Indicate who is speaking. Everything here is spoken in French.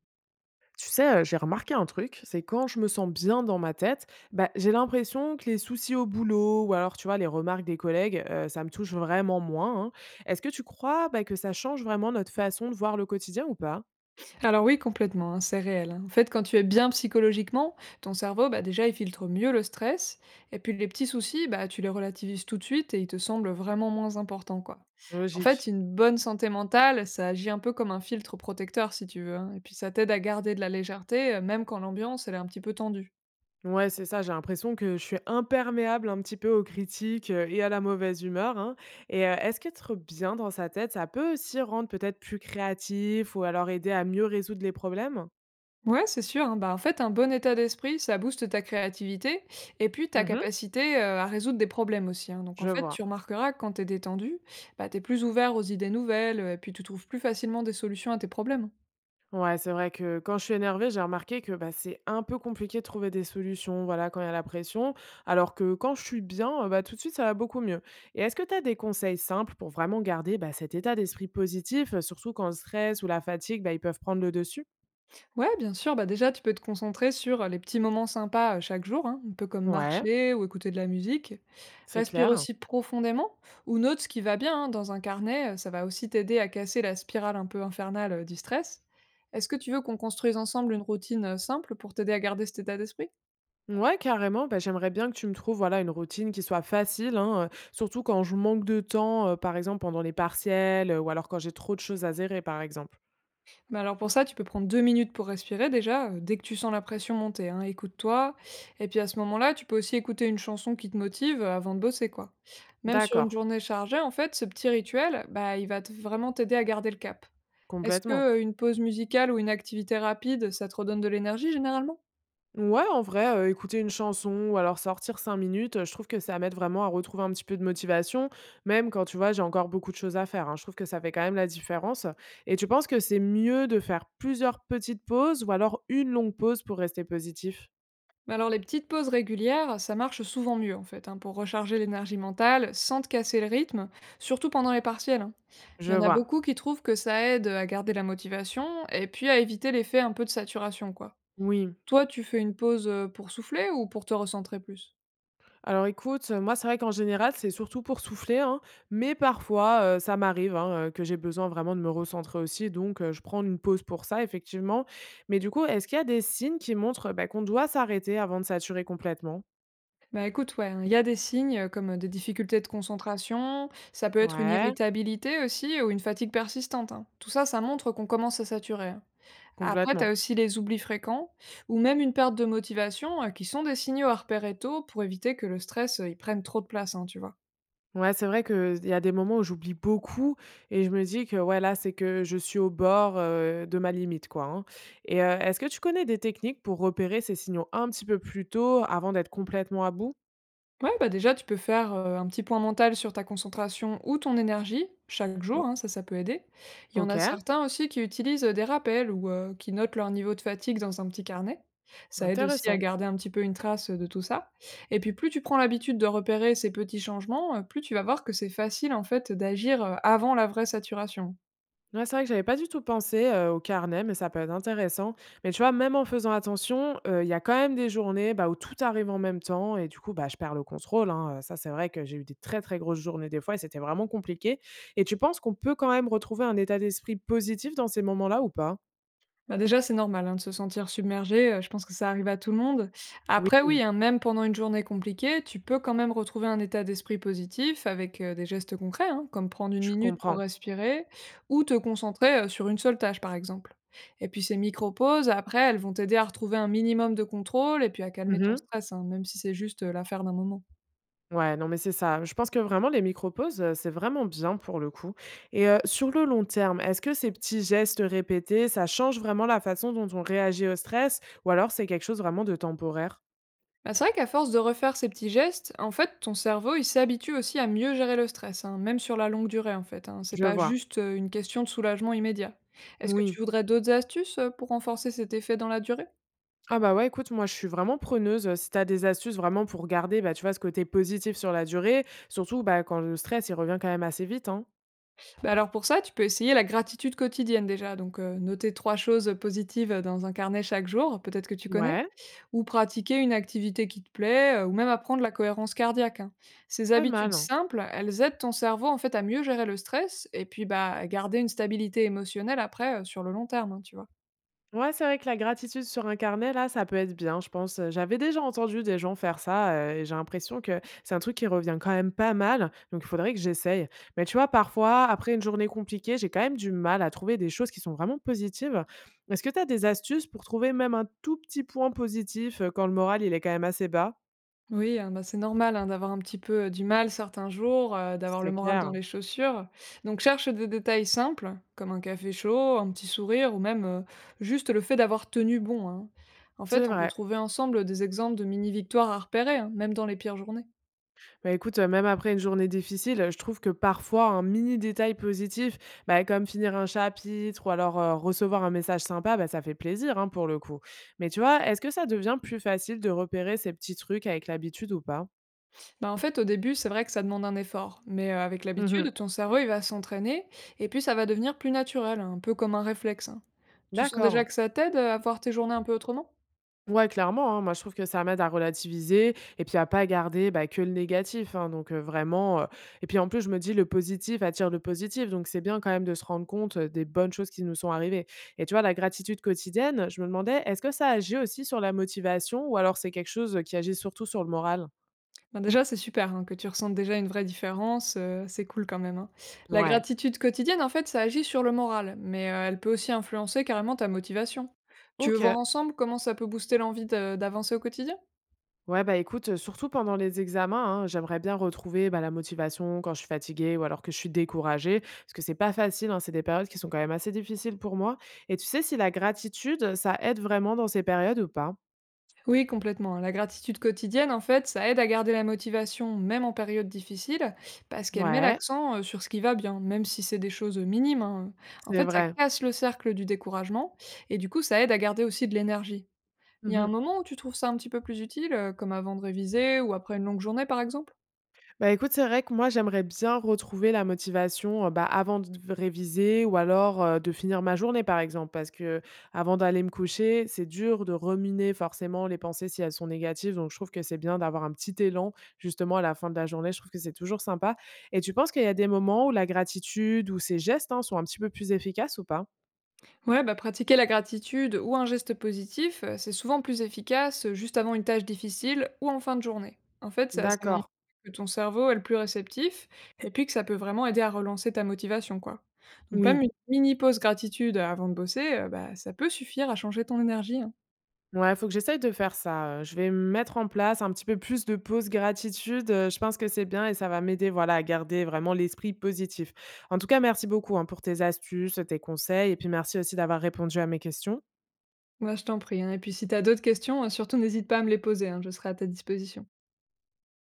Speaker 1: Tu sais, j'ai remarqué un truc, c'est quand je me sens bien dans ma tête, bah, j'ai l'impression que les soucis au boulot ou alors, tu vois, les remarques des collègues, ça me touche vraiment moins, hein. Est-ce que tu crois, bah, que ça change vraiment notre façon de voir le quotidien ou pas?
Speaker 2: Alors oui, complètement, hein, c'est réel. Hein. En fait, quand tu es bien psychologiquement, ton cerveau, bah, déjà, il filtre mieux le stress, et puis les petits soucis, bah, tu les relativises tout de suite et ils te semblent vraiment moins importants, quoi. En fait,
Speaker 1: Logique.
Speaker 2: une bonne santé mentale, ça agit un peu comme un filtre protecteur, si tu veux, hein, et puis ça t'aide à garder de la légèreté, même quand l'ambiance, elle est un petit peu tendue.
Speaker 1: Ouais, c'est ça, j'ai l'impression que je suis imperméable un petit peu aux critiques, et à la mauvaise humeur, hein. Et est-ce qu'être bien dans sa tête, ça peut aussi rendre peut-être plus créatif ou alors aider à mieux résoudre les problèmes?
Speaker 2: Ouais, c'est sûr, hein. Bah, en fait, un bon état d'esprit, ça booste ta créativité et puis ta
Speaker 1: Mmh.
Speaker 2: capacité à résoudre des problèmes aussi. Hein. Donc, en
Speaker 1: Je
Speaker 2: fait, tu
Speaker 1: vois.
Speaker 2: remarqueras que quand t'es détendu, bah, t'es plus ouvert aux idées nouvelles et puis tu trouves plus facilement des solutions à tes problèmes. Hein.
Speaker 1: Ouais, c'est vrai que quand je suis énervée, j'ai remarqué que bah, c'est un peu compliqué de trouver des solutions, voilà, quand il y a la pression, alors que quand je suis bien, bah, tout de suite, ça va beaucoup mieux. Et est-ce que tu as des conseils simples pour vraiment garder bah, cet état d'esprit positif, surtout quand le stress ou la fatigue, bah, ils peuvent prendre le dessus?
Speaker 2: Ouais, bien sûr. Bah déjà, tu peux te concentrer sur les petits moments sympas chaque jour, hein, un peu comme
Speaker 1: Ouais,
Speaker 2: marcher ou écouter de la musique.
Speaker 1: c'est
Speaker 2: Respire
Speaker 1: clair.
Speaker 2: aussi profondément ou note ce qui va bien hein, dans un carnet. Ça va aussi t'aider à casser la spirale un peu infernale du stress. Est-ce que tu veux qu'on construise ensemble une routine simple pour t'aider à garder cet état d'esprit?
Speaker 1: Ouais, carrément. Bah, j'aimerais bien que tu me trouves voilà, une routine qui soit facile, hein, surtout quand je manque de temps, par exemple pendant les partiels, ou alors quand j'ai trop de choses à zérer, par exemple.
Speaker 2: Bah alors pour ça, tu peux prendre 2 minutes pour respirer déjà, dès que tu sens la pression monter, hein, écoute-toi. Et puis à ce moment-là, tu peux aussi écouter une chanson qui te motive, avant de bosser, quoi. Même sur une
Speaker 1: D'accord,
Speaker 2: journée chargée, en fait, ce petit rituel, bah, il va te vraiment t'aider à garder le cap. Est-ce que,
Speaker 1: complètement.
Speaker 2: une pause musicale ou une activité rapide, ça te redonne de l'énergie généralement?
Speaker 1: Ouais, en vrai, écouter une chanson ou alors sortir 5 minutes, je trouve que ça m'aide vraiment à retrouver un petit peu de motivation, même quand, tu vois, j'ai encore beaucoup de choses à faire, hein. Je trouve que ça fait quand même la différence, et tu penses que c'est mieux de faire plusieurs petites pauses ou alors une longue pause pour rester positif?
Speaker 2: Mais alors les petites pauses régulières, ça marche souvent mieux en fait, hein, pour recharger l'énergie mentale sans te casser le rythme, surtout pendant les partiels. Hein. Il
Speaker 1: Je
Speaker 2: y en a
Speaker 1: vois,
Speaker 2: beaucoup qui trouvent que ça aide à garder la motivation et puis à éviter l'effet un peu de saturation, quoi.
Speaker 1: oui.
Speaker 2: Toi, tu fais une pause pour souffler ou pour te recentrer plus?
Speaker 1: Alors écoute, moi c'est vrai qu'en général, c'est surtout pour souffler, hein, mais parfois, ça m'arrive, hein, que j'ai besoin vraiment de me recentrer aussi, donc je prends une pause pour ça effectivement. Mais du coup, est-ce qu'il y a des signes qui montrent, bah, qu'on doit s'arrêter avant de saturer complètement?
Speaker 2: Bah écoute, ouais, hein, il y a des signes comme des difficultés de concentration, ça peut être une
Speaker 1: Ouais,
Speaker 2: irritabilité aussi ou une fatigue persistante. Hein. Tout ça, ça montre qu'on commence à saturer. Hein. Après, tu
Speaker 1: complètement.
Speaker 2: as aussi les oublis fréquents ou même une perte de motivation qui sont des signaux à repérer tôt pour éviter que le stress il prenne trop de place, hein, tu vois.
Speaker 1: Ouais, c'est vrai qu'il y a des moments où j'oublie beaucoup et je me dis que, ouais, là, c'est que je suis au bord, de ma limite, quoi, hein. Et est-ce que tu connais des techniques pour repérer ces signaux un petit peu plus tôt avant d'être complètement à bout?
Speaker 2: Ouais, bah déjà, tu peux faire un petit point mental sur ta concentration ou ton énergie chaque jour,
Speaker 1: O.
Speaker 2: hein, ça peut aider. Il y en
Speaker 1: OK,
Speaker 2: a certains aussi qui utilisent des rappels ou qui notent leur niveau de fatigue dans un petit carnet. Ça aide aussi à
Speaker 1: intéressant.
Speaker 2: garder un petit peu une trace de tout ça. Et puis, plus tu prends l'habitude de repérer ces petits changements, plus tu vas voir que c'est facile en fait d'agir avant la vraie saturation.
Speaker 1: Ouais, c'est vrai que j'avais pas du tout pensé, au carnet, mais ça peut être intéressant. Mais tu vois, même en faisant attention, il y a quand même des journées, bah, où tout arrive en même temps et du coup, bah, je perds le contrôle, hein, ça, c'est vrai que j'ai eu des très, très grosses journées des fois et c'était vraiment compliqué. Et tu penses qu'on peut quand même retrouver un état d'esprit positif dans ces moments-là ou pas?
Speaker 2: Bah, déjà, c'est normal, hein, de se sentir submergé, je pense que ça arrive à tout le monde.
Speaker 1: Oui,
Speaker 2: Après oui, hein, même pendant une journée compliquée, tu peux quand même retrouver un état d'esprit positif avec, des gestes concrets, hein, comme prendre une
Speaker 1: je
Speaker 2: minute pour
Speaker 1: comprends.
Speaker 2: respirer ou te concentrer, sur une seule tâche, par exemple. Et puis ces micro-pauses, après, elles vont t'aider à retrouver un minimum de contrôle et puis à calmer ton
Speaker 1: Mmh.
Speaker 2: stress, hein, même si c'est juste, l'affaire d'un moment.
Speaker 1: Ouais, non, mais c'est ça. Je pense que vraiment les micro-pauses, c'est vraiment bien pour le coup et sur le long terme, est-ce que ces petits gestes répétés, ça change vraiment la façon dont on réagit au stress ou alors c'est quelque chose vraiment de temporaire?
Speaker 2: Bah, c'est vrai qu'à force de refaire ces petits gestes, en fait, ton cerveau, il s'habitue aussi à mieux gérer le stress, hein, même sur la longue durée, en fait. Hein. C'est
Speaker 1: Je
Speaker 2: pas
Speaker 1: vois.
Speaker 2: juste une question de soulagement immédiat. Est-ce que
Speaker 1: Oui.
Speaker 2: tu voudrais d'autres astuces pour renforcer cet effet dans la durée?
Speaker 1: Ah bah, ouais, écoute, moi, je suis vraiment preneuse, si tu as des astuces vraiment pour garder, bah, tu vois, ce côté positif sur la durée, surtout, bah, quand le stress, il revient quand même assez vite, hein?
Speaker 2: Bah alors pour ça, tu peux essayer la gratitude quotidienne déjà. Donc noter trois choses positives dans un carnet chaque jour, peut-être que tu connais.
Speaker 1: Ouais,
Speaker 2: Ou pratiquer une activité qui te plaît, ou même apprendre la cohérence cardiaque, hein. Ces
Speaker 1: pas
Speaker 2: habitudes
Speaker 1: mal.
Speaker 2: simples, elles aident ton cerveau, en fait, à mieux gérer le stress et puis, bah, à garder une stabilité émotionnelle après, sur le long terme, hein, tu vois?
Speaker 1: Ouais, c'est vrai que la gratitude sur un carnet, là, ça peut être bien, je pense. J'avais déjà entendu des gens faire ça, et j'ai l'impression que c'est un truc qui revient quand même pas mal, donc il faudrait que j'essaye. Mais tu vois, parfois, après une journée compliquée, j'ai quand même du mal à trouver des choses qui sont vraiment positives. Est-ce que tu as des astuces pour trouver même un tout petit point positif, quand le moral, il est quand même assez bas?
Speaker 2: Oui, hein, bah, c'est normal, hein, d'avoir un petit peu, du mal certains jours, d'avoir le
Speaker 1: C'est
Speaker 2: moral dans
Speaker 1: clair.
Speaker 2: les chaussures. Donc cherche des détails simples, comme un café chaud, un petit sourire ou même, juste le fait d'avoir tenu bon, hein. En fait,
Speaker 1: C'est
Speaker 2: on peut
Speaker 1: vrai.
Speaker 2: trouver ensemble des exemples de mini victoires à repérer, hein, même dans les pires journées.
Speaker 1: Bah, écoute, même après une journée difficile, je trouve que parfois un mini détail positif, bah, comme finir un chapitre ou alors, recevoir un message sympa, bah, ça fait plaisir, hein, pour le coup. Mais tu vois, est-ce que ça devient plus facile de repérer ces petits trucs avec l'habitude ou pas?
Speaker 2: Bah, en fait, au début, c'est vrai que ça demande un effort, mais avec
Speaker 1: Mmh.
Speaker 2: l'habitude, ton cerveau, il va s'entraîner, et puis ça va devenir plus naturel, un peu comme un réflexe. Hein. Tu sens déjà
Speaker 1: D'accord.
Speaker 2: que ça t'aide à voir tes journées un peu autrement?
Speaker 1: Ouais, clairement, hein. Moi, je trouve que ça m'aide à relativiser et puis à pas garder, bah, que le négatif, hein. Donc, vraiment, et puis en plus, je me dis: «Le positif attire le positif», donc c'est bien quand même de se rendre compte, des bonnes choses qui nous sont arrivées et tu vois, la gratitude quotidienne, je me demandais, est-ce que ça agit aussi sur la motivation ou alors c'est quelque chose, qui agit surtout sur le moral?
Speaker 2: Ben, déjà, c'est super, hein, que tu ressentes déjà une vraie différence, c'est cool quand même, hein. La
Speaker 1: Ouais.
Speaker 2: gratitude quotidienne, en fait, ça agit sur le moral, mais, elle peut aussi influencer carrément ta motivation. Tu veux voir
Speaker 1: OK.
Speaker 2: ensemble comment ça peut booster l'envie de d'avancer au quotidien?
Speaker 1: Ouais, bah, écoute, surtout pendant les examens, hein, j'aimerais bien retrouver, bah, la motivation quand je suis fatiguée ou alors que je suis découragée. Parce que c'est pas facile, hein, c'est des périodes qui sont quand même assez difficiles pour moi et tu sais si la gratitude, ça aide vraiment dans ces périodes ou pas?
Speaker 2: Oui, complètement. La gratitude quotidienne, en fait, ça aide à garder la motivation, même en période difficile, parce qu'elle met
Speaker 1: Ouais,
Speaker 2: l'accent sur ce qui va bien, même si c'est des choses minimes. Hein. En
Speaker 1: c'est
Speaker 2: fait, ça
Speaker 1: vrai.
Speaker 2: casse le cercle du découragement, et du coup, ça aide à garder aussi de l'énergie. Il y a un
Speaker 1: Mmh.
Speaker 2: moment où tu trouves ça un petit peu plus utile, comme avant de réviser ou après une longue journée, par exemple?
Speaker 1: Bah, écoute, c'est vrai que moi, j'aimerais bien retrouver la motivation, bah, avant de v réviser ou alors, de finir ma journée, par exemple. Parce que avant d'aller me coucher, c'est dur de ruminer forcément les pensées si elles sont négatives. Donc je trouve que c'est bien d'avoir un petit élan, justement, à la fin de la journée. Je trouve que c'est toujours sympa. Et tu penses qu'il y a des moments où la gratitude ou ces gestes, hein, sont un petit peu plus efficaces ou pas?
Speaker 2: Ouais, bah, pratiquer la gratitude ou un geste positif, c'est souvent plus efficace juste avant une tâche difficile ou en fin de journée. En fait, c'est à ces moments
Speaker 1: D'accord.
Speaker 2: que ton cerveau est le plus réceptif et puis que ça peut vraiment aider à relancer ta motivation, quoi. Donc même
Speaker 1: Oui.
Speaker 2: une mini pause gratitude avant de bosser, bah, ça peut suffire à changer ton énergie. Hein.
Speaker 1: Ouais, faut que j'essaye de faire ça, je vais mettre en place un petit peu plus de pause gratitude, je pense que c'est bien et ça va m'aider, voilà, à garder vraiment l'esprit positif. En tout cas, merci beaucoup, hein, pour tes astuces, tes conseils et puis merci aussi d'avoir répondu à mes questions.
Speaker 2: Bah, je t'en prie. Hein. Et puis si t'as d'autres questions, surtout n'hésite pas à me les poser, hein, je serai à ta disposition.